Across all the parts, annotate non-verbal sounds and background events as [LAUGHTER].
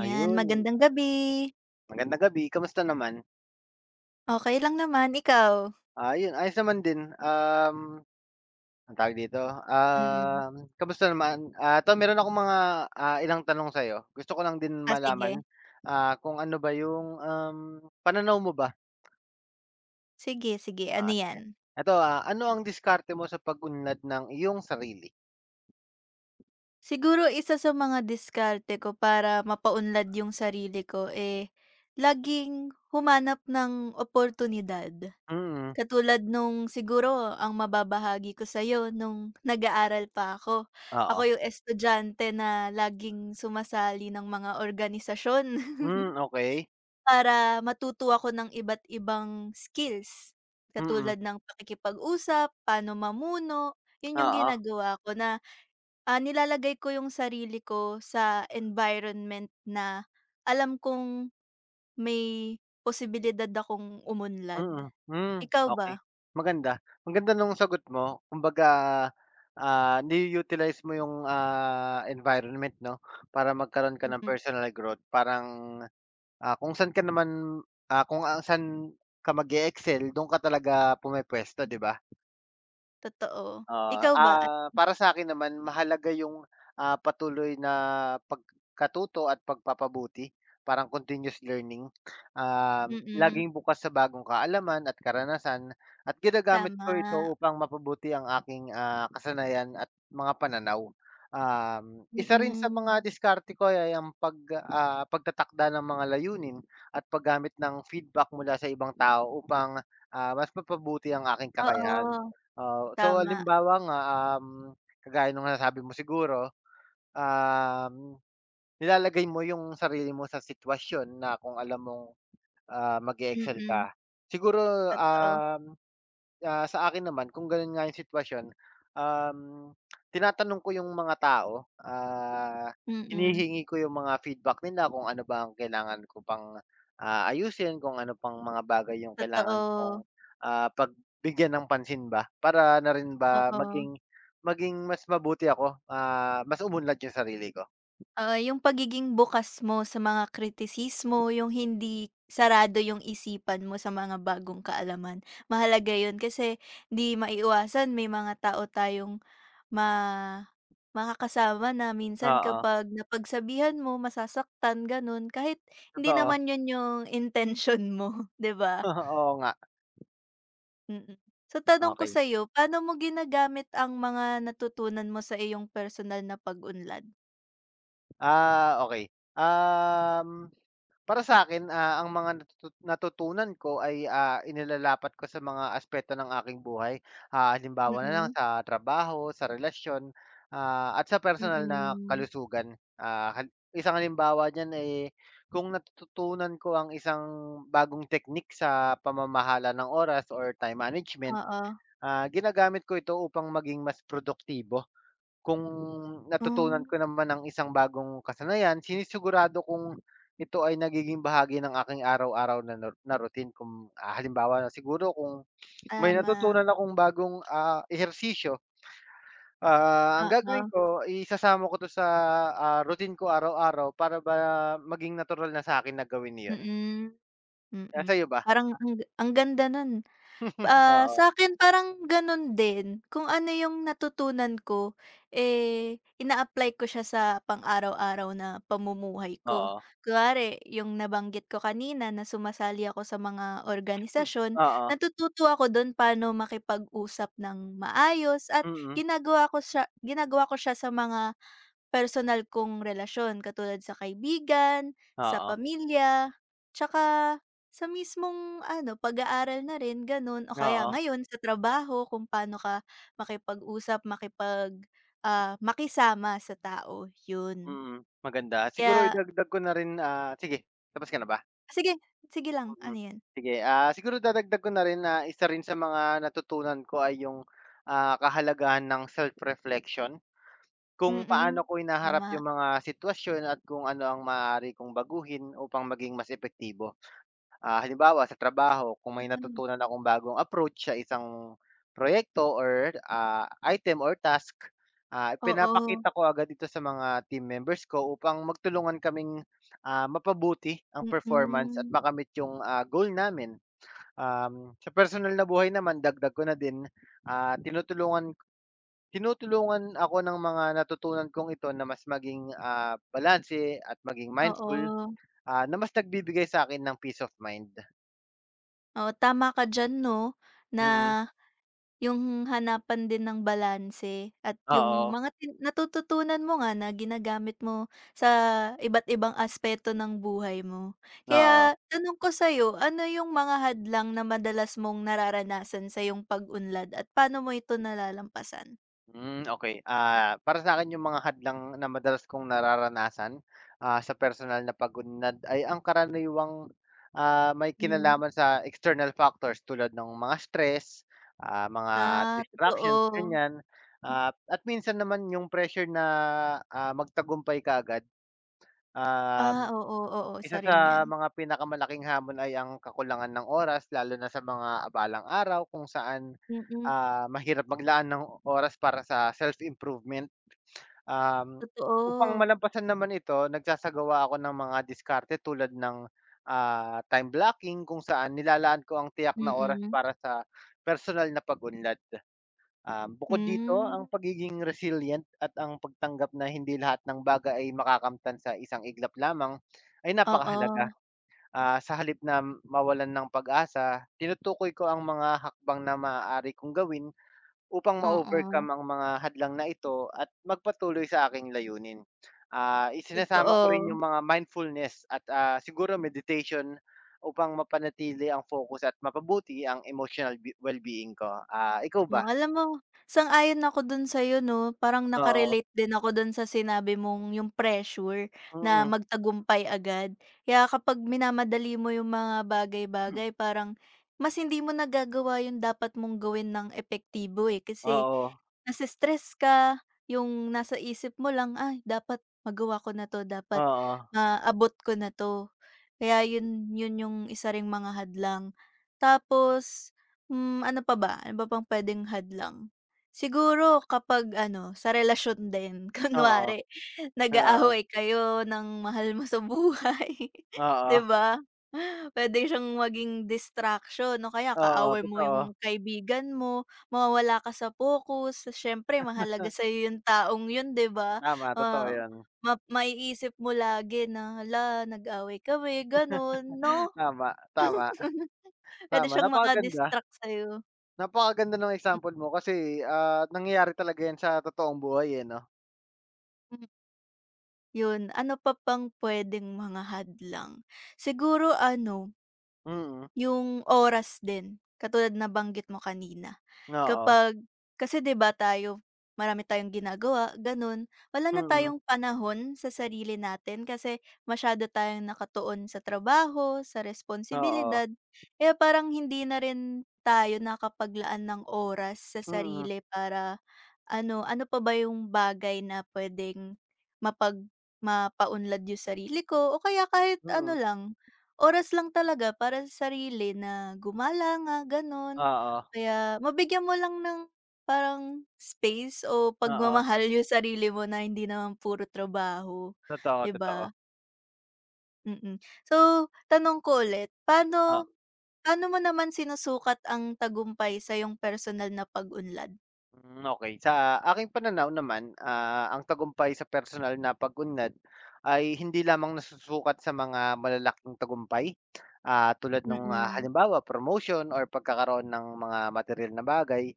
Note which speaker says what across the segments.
Speaker 1: Yan, magandang gabi.
Speaker 2: magandang gabi, kamusta naman?
Speaker 1: Okay lang naman, ikaw?
Speaker 2: Ayun ayos naman din, anong tawag dito,
Speaker 1: Mm.
Speaker 2: um, kamusta naman? Ah, 'to meron akong mga, ilang tanong sa'yo. Gusto ko lang din
Speaker 1: Ah,
Speaker 2: malaman,
Speaker 1: sige.
Speaker 2: kung ano ba yung, pananaw mo ba
Speaker 1: Sige, sige, ano 'yan?
Speaker 2: sige. Eto, ano ang diskarte mo sa pag-unlad ng iyong sarili?
Speaker 1: Siguro isa sa mga diskarte ko para mapaunlad yung sarili ko, eh, laging humanap ng oportunidad.
Speaker 2: Mm,
Speaker 1: Katulad nung siguro ang mababahagi ko sa'yo nung nag-aaral pa ako. Ako
Speaker 2: oo.
Speaker 1: yung estudyante na laging sumasali ng mga organisasyon. [LAUGHS]
Speaker 2: Hmm, Okay.
Speaker 1: Para matuto ako ng iba't ibang skills,
Speaker 2: Mm,
Speaker 1: katulad ng pakikipag-usap, paano mamuno, yun yung
Speaker 2: oo.
Speaker 1: ginagawa ko na, nilalagay ko yung sarili ko sa environment na alam kong may posibilidad akong umunlad.
Speaker 2: Mm, hmm,
Speaker 1: Ikaw
Speaker 2: okey.
Speaker 1: ba?
Speaker 2: Maganda, ang ganda nung sagot mo. Kumbaga, ni-utilize mo yung, environment 'no, para magkaroon ka ng
Speaker 1: Mm,
Speaker 2: personal growth. Parang, kung saan ka naman, saan ka mag-e-excel dun ka talaga pumepwesto, 'di ba?
Speaker 1: totoo.
Speaker 2: Oo,
Speaker 1: Ikaw ba?
Speaker 2: para sa'kin naman mahalaga yung, patuloy na pagkatuto at pagpapabuti, parang continuous learning.
Speaker 1: Mm,
Speaker 2: Laging bukas sa bagong kaalaman at karanasan at ginagamit ko ito
Speaker 1: tama,
Speaker 2: upang mapabuti ang aking, kasanayan at mga pananaw. Isa rin sa
Speaker 1: mm.
Speaker 2: mga diskarte ko ay ang pag, pagtatakda ng mga layunin at paggamit ng feedback mula sa ibang tao upang, mas mapabuti ang aking kakayahan.
Speaker 1: Oo,
Speaker 2: Oo. So,
Speaker 1: tama,
Speaker 2: halimbawa nga, um, kagaya nung nasabi mo siguro, um, nilalagay mo yung sarili mo sa sitwasyon na kung alam mong, mag excel
Speaker 1: mm,
Speaker 2: ka. Siguro,
Speaker 1: totoo,
Speaker 2: um Ah, sa akin naman kung gano'n nga yung sitwasyon, um, tinatanong ko yung mga tao,
Speaker 1: mm,
Speaker 2: hinihingi ko yung mga feedback nila kung ano ba ang kailangan ko pang, ayusin, kung ano pang mga bagay yung kailangan kong,
Speaker 1: totoo,
Speaker 2: pagbigyan ng pansin ba para na rin ba
Speaker 1: oo.
Speaker 2: maging maging mas mabuti ako, mas umunlad yung sarili ko.
Speaker 1: Oo, yung pagiging bukas mo sa mga kritisismo, yung hindi sarado yung isipan mo sa mga bagong kaalaman. Mahalaga yun kasi di maiiwasan may mga tao tayong ma makakasama na minsan
Speaker 2: Oo,
Speaker 1: kapag napagsabihan mo, masasaktan, ganun. Kahit hindi
Speaker 2: totoo.
Speaker 1: naman yun yung intention mo, [LAUGHS] 'di ba?
Speaker 2: [LAUGHS] Oo nga,
Speaker 1: Mm. Mm. So tanong ko
Speaker 2: okey.
Speaker 1: sa'yo, paano mo ginagamit ang mga natutunan mo sa iyong personal na pag-unlad?
Speaker 2: Ah, okey, um Para sa'kin, ang mga natutunan ko ay, inilalapat ko sa mga aspeto ng aking buhay. Ah, halimbawa na lang
Speaker 1: Mm,
Speaker 2: sa trabaho, sa relasyon, at sa personal na
Speaker 1: mm.
Speaker 2: kalusugan. Ah, isang halimbawa diyan, eh, kung natututunan ko ang isang bagong teknik sa pamamahala ng oras or time management,
Speaker 1: Oo.
Speaker 2: ginagamit ko ito upang maging mas produktibo. Kung natutunan
Speaker 1: Hmm,
Speaker 2: ko naman ng isang bagong kasanayan, sinisigurado kong ito ay nagiging bahagi ng aking araw-araw na na na routine kung, halimbawa na siguro kung may
Speaker 1: tama.
Speaker 2: natutunan akong bagong, ehersisyo, ang
Speaker 1: Oo,
Speaker 2: gagawin ko isasama ko 'to sa, routine ko araw-araw para ba maging natural na sa'kin na gawin 'yon.
Speaker 1: mm,
Speaker 2: Ah,
Speaker 1: mm.
Speaker 2: sa'yo ba?
Speaker 1: Parang ang ganda nun.
Speaker 2: [LAUGHS]
Speaker 1: Ah,
Speaker 2: Oo,
Speaker 1: sa'kin parang gano'n din. Kung ano yung natutunan ko, eh, ina-apply ko siya sa pang-araw-araw na pamumuhay ko.
Speaker 2: oo,
Speaker 1: Kunwari yung nabanggit ko kanina na sumasali ako sa mga
Speaker 2: hmm,
Speaker 1: organisasyon,
Speaker 2: oo,
Speaker 1: natututo ako do'n paano makipag-usap ng maayos at
Speaker 2: mm,
Speaker 1: ginagawa ko siya sa mga personal kong relasyon katulad sa kaibigan, sa
Speaker 2: oo,
Speaker 1: pamilya, tsaka sa mismong ano, pag-aaral na rin gano'n o kaya
Speaker 2: oo,
Speaker 1: ngayon sa trabaho kung paano ka makipag-usap, makipag, ah, makisama sa tao, 'yun.
Speaker 2: mm, maganda. Siguro
Speaker 1: Kaya
Speaker 2: idagdag ko na rin, ah sige, tapos ka na ba?
Speaker 1: sige, sige lang,
Speaker 2: Mm.
Speaker 1: ano 'yun?
Speaker 2: Sige, siguro dadagdag ko na rin na isa rin sa mga natutunan ko ay yung, kahalagahan ng self-reflection. Kung paano
Speaker 1: Mm,
Speaker 2: ko hinaharap
Speaker 1: tama,
Speaker 2: yung mga sitwasyon at kung ano ang maaari kong baguhin upang maging mas epektibo. Ah, halimbawa sa trabaho kung may
Speaker 1: mm.
Speaker 2: natutunan akong bagong approach sa isang proyekto or, item or task,
Speaker 1: Oo,
Speaker 2: ipinapakita ko agad ito sa mga team members ko upang magtulungan kaming, mapabuti ang performance at
Speaker 1: mm,
Speaker 2: makamit yung, goal namin. Sa personal na buhay naman dagdag ko na din, tinutulungan tinutulungan ako ng mga natutunan kong ito na mas maging, balanse at maging mindful,
Speaker 1: oo.
Speaker 2: na mas nagbibigay sa'kin ng peace of mind.
Speaker 1: Oo, tama ka diyan 'no. Na
Speaker 2: Mm.
Speaker 1: yung hanapan din ng balanse at yung
Speaker 2: Oo,
Speaker 1: mga natututunan mo nga na ginagamit mo sa iba't ibang aspeto ng buhay mo.
Speaker 2: oo.
Speaker 1: Kaya tanong ko sa'yo, ano yung mga hadlang na madalas mong nararanasan sa yung pag-unlad at paano mo ito nalalampasan?
Speaker 2: Hmm, okey. Ah, para sa'kin yung mga hadlang na madalas kong nararanasan, sa personal na pag-unlad ay ang karaniwang, may
Speaker 1: Hmm,
Speaker 2: kinalaman sa external factors tulad ng mga stress, mga
Speaker 1: ah,
Speaker 2: distractions,
Speaker 1: totoo.
Speaker 2: ganyan. Ah, at minsan naman yung pressure na, magtagumpay kaagad,
Speaker 1: Ah,
Speaker 2: um
Speaker 1: oo, oo, oo, isa
Speaker 2: Isa
Speaker 1: rin
Speaker 2: sa
Speaker 1: 'yan.
Speaker 2: mga pinakamalaking hamon ay ang kakulangan ng oras lalo na sa mga abalang araw kung saan,
Speaker 1: Mm,
Speaker 2: mahirap maglaan ng oras para sa self-improvement. Um, upang
Speaker 1: totoo.
Speaker 2: malampasan naman ito nagsasagawa ako ng mga diskarte tulad ng, time blocking kung saan nilalaan ko ang tiyak na oras
Speaker 1: Mm-mm.
Speaker 2: para sa personal na pagunlad. Bukod dito ang
Speaker 1: Mm.
Speaker 2: pagiging resilient at ang pagtanggap na hindi lahat ng bagay ay makakamtan sa isang iglap lamang ay
Speaker 1: Hmm,
Speaker 2: napakahalaga.
Speaker 1: oo,
Speaker 2: Ah, sa halip na mawalan ng pag-asa, tinutukoy ko ang mga hakbang na maaari kong gawin upang
Speaker 1: oo,
Speaker 2: ma-overcome ang mga hadlang na ito at magpatuloy sa aking layunin. Ah, isinasama ko rin
Speaker 1: totoo.
Speaker 2: yung mga mindfulness at, siguro meditation upang mapanatili ang focus at mapabuti ang emotional well-being ko. Ah, ikaw
Speaker 1: Oh,
Speaker 2: ba?
Speaker 1: alam mo, sang-ayon ako dun sa'yo 'no, parang
Speaker 2: Oo,
Speaker 1: nakarelate din ako dun sa sinabi mong yung pressure na
Speaker 2: mm.
Speaker 1: magtagumpay agad. Kaya kapag minamadali mo yung mga
Speaker 2: Hmm,
Speaker 1: bagay-bagay parang mas hindi mo nagagawa yung dapat mong gawin ng epektibo, eh, kasi
Speaker 2: oo,
Speaker 1: nase-stress ka, yung nasa isip mo lang, "Ay dapat magawa ko na 'to, dapat
Speaker 2: oo,
Speaker 1: maabot ko na 'to." Kaya yun yun yung isa ring mga hadlang. Tapos, hmm, ano pa ba? Ano ba pang puwedeng hadlang? Siguro kapag ano, sa relasyon din. [LAUGHS]
Speaker 2: oo,
Speaker 1: Kunwari
Speaker 2: oo,
Speaker 1: nag-aaway kayo ng mahal mo sa buhay, [LAUGHS]
Speaker 2: oo,
Speaker 1: 'di ba? Puwede siyang maging distraction no kaya
Speaker 2: oo,
Speaker 1: kaaway mo yung
Speaker 2: totoo.
Speaker 1: kaibigan mo. Mawawala ka sa focus, siyempre mahalaga sa
Speaker 2: [LAUGHS]
Speaker 1: yung taong yun, 'di ba?
Speaker 2: Tama, totoo
Speaker 1: Ah,
Speaker 2: yun.
Speaker 1: maiisip mo lagi na, "Hala, nag-away kami," gano'n 'no?
Speaker 2: Tama, tama.
Speaker 1: [LAUGHS] Puwede
Speaker 2: Tama,
Speaker 1: siyang
Speaker 2: napakaganda.
Speaker 1: distract sa'yo,
Speaker 2: Napakaganda ng
Speaker 1: mm.
Speaker 2: example mo kasi, nangyayari talaga 'yan sa totoong buhay, eh, 'no?
Speaker 1: Mm. Yun, ano pa bang puwedeng mga hadlang? Siguro ano,
Speaker 2: Mm,
Speaker 1: yung oras din, katulad na banggit mo kanina.
Speaker 2: oo,
Speaker 1: Kapag kasi 'di ba tayo, marami tayong ginagawa, gano'n. Wala na
Speaker 2: mm,
Speaker 1: tayong panahon sa sarili natin kasi masyado tayong nakatuon sa trabaho, sa
Speaker 2: oo,
Speaker 1: responsibilidad. Eh parang hindi na rin tayo nakapaglaan ng oras sa
Speaker 2: mm,
Speaker 1: sarili para ano, ano pa ba yung bagay na puwedeng mapag mapaunlad yung sarili ko o kaya kahit ano
Speaker 2: mm,
Speaker 1: lang, oras lang talaga para sa sarili na gumala nga gano'n.
Speaker 2: oo,
Speaker 1: Kaya mabigyan mo lang ng parang space o
Speaker 2: oo.
Speaker 1: pagmamahal [LAUGHS] yung sarili mo na hindi naman puro trabaho,
Speaker 2: Totoo,
Speaker 1: 'di ba?
Speaker 2: totoo.
Speaker 1: Mm. So, tanong ko ulit,
Speaker 2: O
Speaker 1: paano paano mo naman sinusukat ang tagumpay sa yung personal na pag-unlad?
Speaker 2: hmm, okey. Sa aking pananaw naman, ang tagumpay sa personal na pag-unlad ay hindi lamang nasusukat sa mga malalaking tagumpay, tulad ng
Speaker 1: Mm.
Speaker 2: halimbawa promotion or pagkakaroon ng mga material na bagay.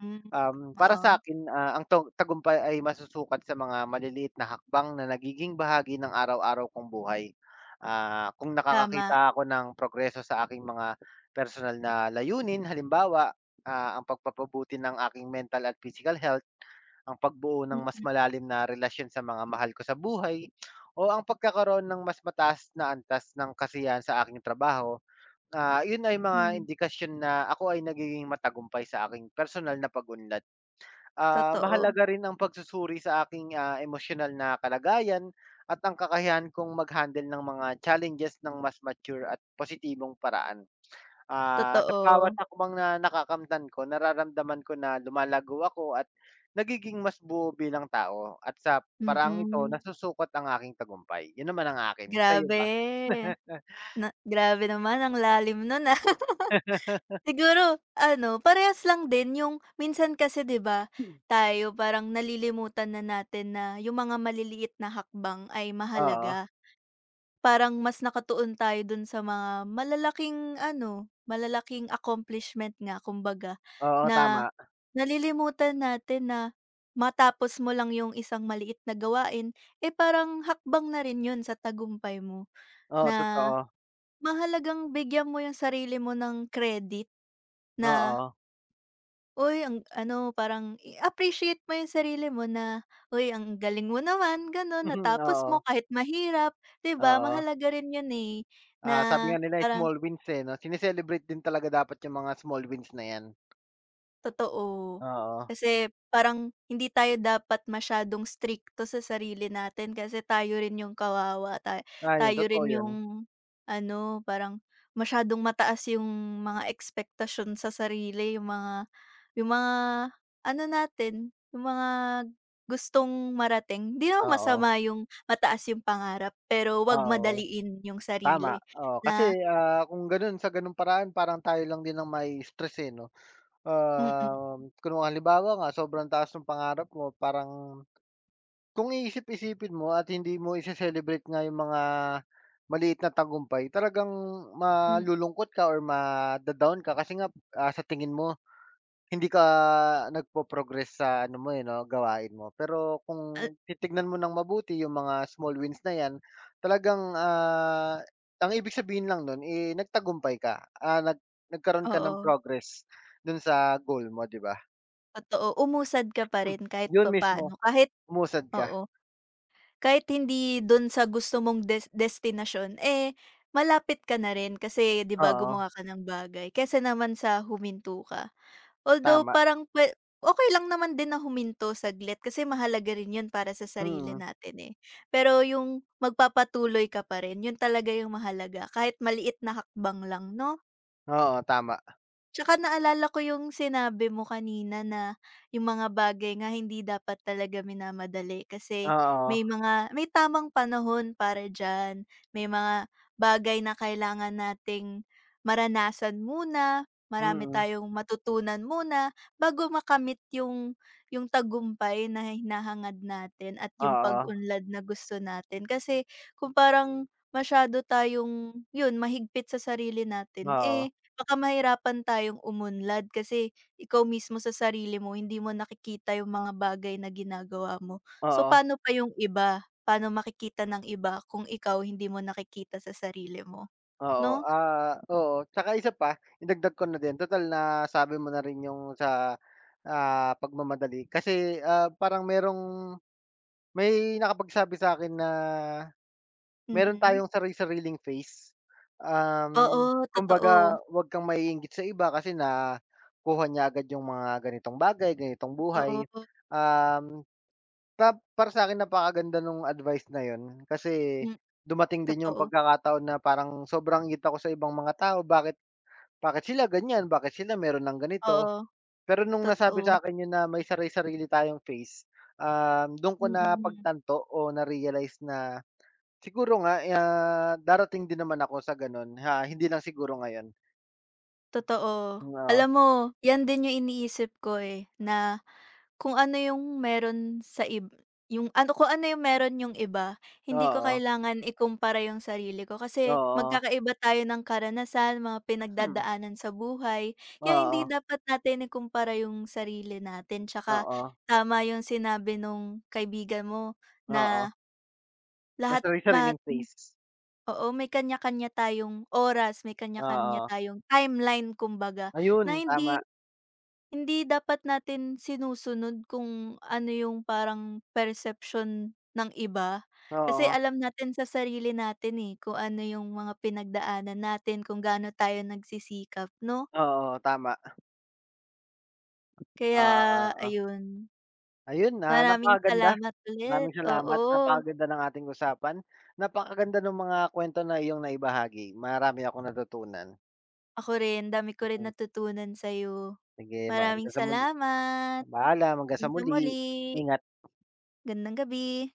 Speaker 1: Hmm,
Speaker 2: Para
Speaker 1: oo.
Speaker 2: sa'kin, ang tagumpay ay masusukat sa mga maliliit na hakbang na nagiging bahagi ng araw-araw kong buhay. Ah, kung
Speaker 1: Tama,
Speaker 2: nakakakita ako ng progreso sa aking mga personal na layunin, halimbawa, ang pagpapabuti ng aking mental at physical health, ang pagbuo ng mas
Speaker 1: mm,
Speaker 2: malalim na relasyon sa mga mahal ko sa buhay, o ang pagkakaroon ng mas mataas na antas ng kasiyahan sa aking trabaho, yun ay mga
Speaker 1: hmm,
Speaker 2: indikasyon na ako ay nagiging matagumpay sa aking personal na pag-unlad. Ah,
Speaker 1: totoo,
Speaker 2: mahalaga rin ang pagsusuri sa aking, emosyonal na kalagayan at ang kakayahan kong mag-handle ng mga challenges ng mas mature at positibong paraan. Ah, sa bawat
Speaker 1: totoo,
Speaker 2: hakbang na nakakamtan ko, nararamdaman ko na lumalago ako at nagiging mas buo bilang tao at sa parang ito
Speaker 1: mm.
Speaker 2: nasusukot ang aking tagumpay. 'Yun naman ang akin, sa'yo
Speaker 1: Grabe,
Speaker 2: ba? [LAUGHS]
Speaker 1: grabe naman ang lalim nun, ah. [LAUGHS] Siguro ano, parehas lang din yung minsan kasi 'di ba, tayo parang nalilimutan na natin na yung mga maliliit na hakbang ay
Speaker 2: Oo,
Speaker 1: mahalaga. Parang mas nakatuon tayo dun sa mga malalaking ano, malalaking accomplishment nga kumbaga
Speaker 2: oo
Speaker 1: na
Speaker 2: tama.
Speaker 1: nalilimutan natin na matapos mo lang yung isang maliit na gawain, eh, parang hakbang na rin yun sa tagumpay mo
Speaker 2: Oo,
Speaker 1: na
Speaker 2: totoo.
Speaker 1: mahalagang bigyan mo yung sarili mo ng credit na,
Speaker 2: Oo.
Speaker 1: "Uy, ang ano," parang i-appreciate mo yung sarili mo na, "Uy, ang galing mo naman," gano'n,
Speaker 2: [LAUGHS]
Speaker 1: "Natapos mo
Speaker 2: Oo,
Speaker 1: kahit mahirap." 'Di ba
Speaker 2: oo.
Speaker 1: mahalaga rin yun, eh, na
Speaker 2: Ah, sabi nga nila eh,
Speaker 1: parang
Speaker 2: small wins, eh, 'no? Sine-celebrate din talaga dapat yung mga small wins na 'yan.
Speaker 1: totoo.
Speaker 2: Oo.
Speaker 1: Kasi parang hindi tayo dapat masyadong strikto sa sarili natin kasi tayo rin yung kawawa,
Speaker 2: Ah, yun
Speaker 1: tayo
Speaker 2: totoo
Speaker 1: rin
Speaker 2: yun.
Speaker 1: yung ano, parang masyadong mataas yung mga ekspektasyon sa sarili, yung mga ano natin, yung mga gustong marating. Hindi naman
Speaker 2: Oo,
Speaker 1: masama yung mataas yung pangarap, pero 'wag
Speaker 2: oo.
Speaker 1: madaliin yung
Speaker 2: Tama,
Speaker 1: sarili
Speaker 2: oo. Kasi,
Speaker 1: na
Speaker 2: kung gano'n sa gano'ng paraan parang tayo lang din ang mai-stress, eh, 'no?
Speaker 1: mm,
Speaker 2: Kung halimbawa nga sobrang taas ng pangarap mo parang kung iisip-isipin mo at hindi mo ise-celebrate nga yung mga maliit na tagumpay talagang
Speaker 1: hmm,
Speaker 2: malulungkot ka or mada-down ka kasi nga, sa tingin mo Hindi ka nagpo-progress sa ano mo, eh, 'no, gawain mo. Pero
Speaker 1: ah,
Speaker 2: kung titignan mo ng mabuti yung mga small wins na 'yan, talagang, ang ibig sabihin lang nun, eh, nagtagumpay ka, nagkaroon ka ng
Speaker 1: oo.
Speaker 2: progress dun sa goal mo, 'di ba?
Speaker 1: Totoo, umusad ka pa
Speaker 2: Hmm,
Speaker 1: rin kahit
Speaker 2: yun mismo,
Speaker 1: papaano, kahit
Speaker 2: umusad ka.
Speaker 1: oo, kahit hindi don sa gusto mong destinasyon, eh, malapit ka na rin kasi 'di ba
Speaker 2: Oo,
Speaker 1: gumawa ka ng bagay kaysa naman sa huminto ka. Although
Speaker 2: tama.
Speaker 1: parang okey lang naman din na huminto saglit kasi mahalaga rin yun para sa sarili
Speaker 2: Mm.
Speaker 1: natin, eh. Pero yung magpapatuloy ka pa rin, yun talaga yung mahalaga kahit maliit na hakbang lang 'no?
Speaker 2: Oo, tama.
Speaker 1: Tsaka naalala ko yung sinabi mo kanina na yung mga bagay nga hindi dapat talaga minamadali kasi
Speaker 2: Oo.
Speaker 1: may tamang panahon para diyan. May mga bagay na kailangan nating maranasan muna, marami
Speaker 2: Mm.
Speaker 1: tayong matutunan muna bago makamit yung tagumpay na hinahangad natin at yung
Speaker 2: Oo.
Speaker 1: pag-unlad na gusto natin. Kasi kung parang masyado tayong yun mahigpit sa sarili natin,
Speaker 2: Oo.
Speaker 1: eh baka mahirapan tayong umunlad kasi ikaw mismo sa sarili mo hindi mo nakikita yung mga bagay na ginagawa mo. So,
Speaker 2: Oo. Oo.
Speaker 1: paano pa yung iba? Paano makikita ng iba kung ikaw hindi mo nakikita sa sarili mo,
Speaker 2: Oo,
Speaker 1: 'no?
Speaker 2: oo. Tsaka isa pa, idagdag ko na din, tutal nasabi mo na rin yung sa, pagmamadali. Kasi, parang may nakapagsabi sa akin na meron
Speaker 1: Mm.
Speaker 2: tayong sarili sariling face
Speaker 1: Oo,
Speaker 2: Um, kumbaga
Speaker 1: totoo.
Speaker 2: 'wag kang maiinggit sa iba kasi nakuha niya agad yung mga ganitong bagay, ganitong buhay.
Speaker 1: Totoo.
Speaker 2: Um para sa'kin napakaganda nung advice na yun, kasi
Speaker 1: Hmm,
Speaker 2: dumating din yung
Speaker 1: totoo.
Speaker 2: pagkakataon na parang sobrang ngita ko sa ibang mga tao, bakit bakit sila ganyan, bakit sila meron ng ganito.
Speaker 1: Oo,
Speaker 2: Pero nung nasabi
Speaker 1: totoo.
Speaker 2: sa'kin yun na may sari-sarili tayong phase, dun ko
Speaker 1: Mm,
Speaker 2: napagtanto o na-realize na siguro nga, darating din naman ako sa ganun, ha, hindi lang siguro ngayon.
Speaker 1: totoo.
Speaker 2: Oo,
Speaker 1: Alam mo, yan din yung iniisip ko, eh, na kung ano yung meron sa yung ano, kung ano yung meron yung iba, hindi ko
Speaker 2: oo,
Speaker 1: kailangan ikumpara yung sarili ko kasi
Speaker 2: oo,
Speaker 1: magkakaiba tayo ng karanasan, mga
Speaker 2: hmm,
Speaker 1: pinagdadaanan sa buhay. Kaya
Speaker 2: oo,
Speaker 1: hindi dapat natin ikumpara yung sarili natin tsaka
Speaker 2: oo,
Speaker 1: tama yung sinabi nung kaibigan mo
Speaker 2: oo,
Speaker 1: na
Speaker 2: may
Speaker 1: lahat ma
Speaker 2: sari-sariling phase.
Speaker 1: oo, may kanya-kanya tayong oras, may kanya-kanya
Speaker 2: Oo,
Speaker 1: tayong timeline kumbaga
Speaker 2: ayun,
Speaker 1: na hindi
Speaker 2: tama.
Speaker 1: hindi dapat natin sinusunod kung ano yung parang perception ng iba. Kasi
Speaker 2: Oo,
Speaker 1: alam natin sa sarili natin, eh, kung ano yung mga pinagdaanan natin, kung gaano tayo nagsisikap 'no?
Speaker 2: oo, tama.
Speaker 1: Kaya
Speaker 2: Oo.
Speaker 1: ayun,
Speaker 2: Ayun,
Speaker 1: maraming
Speaker 2: napakaganda.
Speaker 1: salamat ulit,
Speaker 2: Maraming salamat.
Speaker 1: oo.
Speaker 2: Napakaganda ng ating usapan. Napakaganda ng mga kwento na iyong naibahagi. Marami akong natutunan.
Speaker 1: Ako rin, dami ko rin
Speaker 2: Mm,
Speaker 1: natutunan sa'yo.
Speaker 2: sige
Speaker 1: Maraming
Speaker 2: hanggang sa muli.
Speaker 1: salamat,
Speaker 2: Paalam, hanggang sa
Speaker 1: hanggang sa
Speaker 2: muli.
Speaker 1: muli,
Speaker 2: Ingat.
Speaker 1: gandang gabi.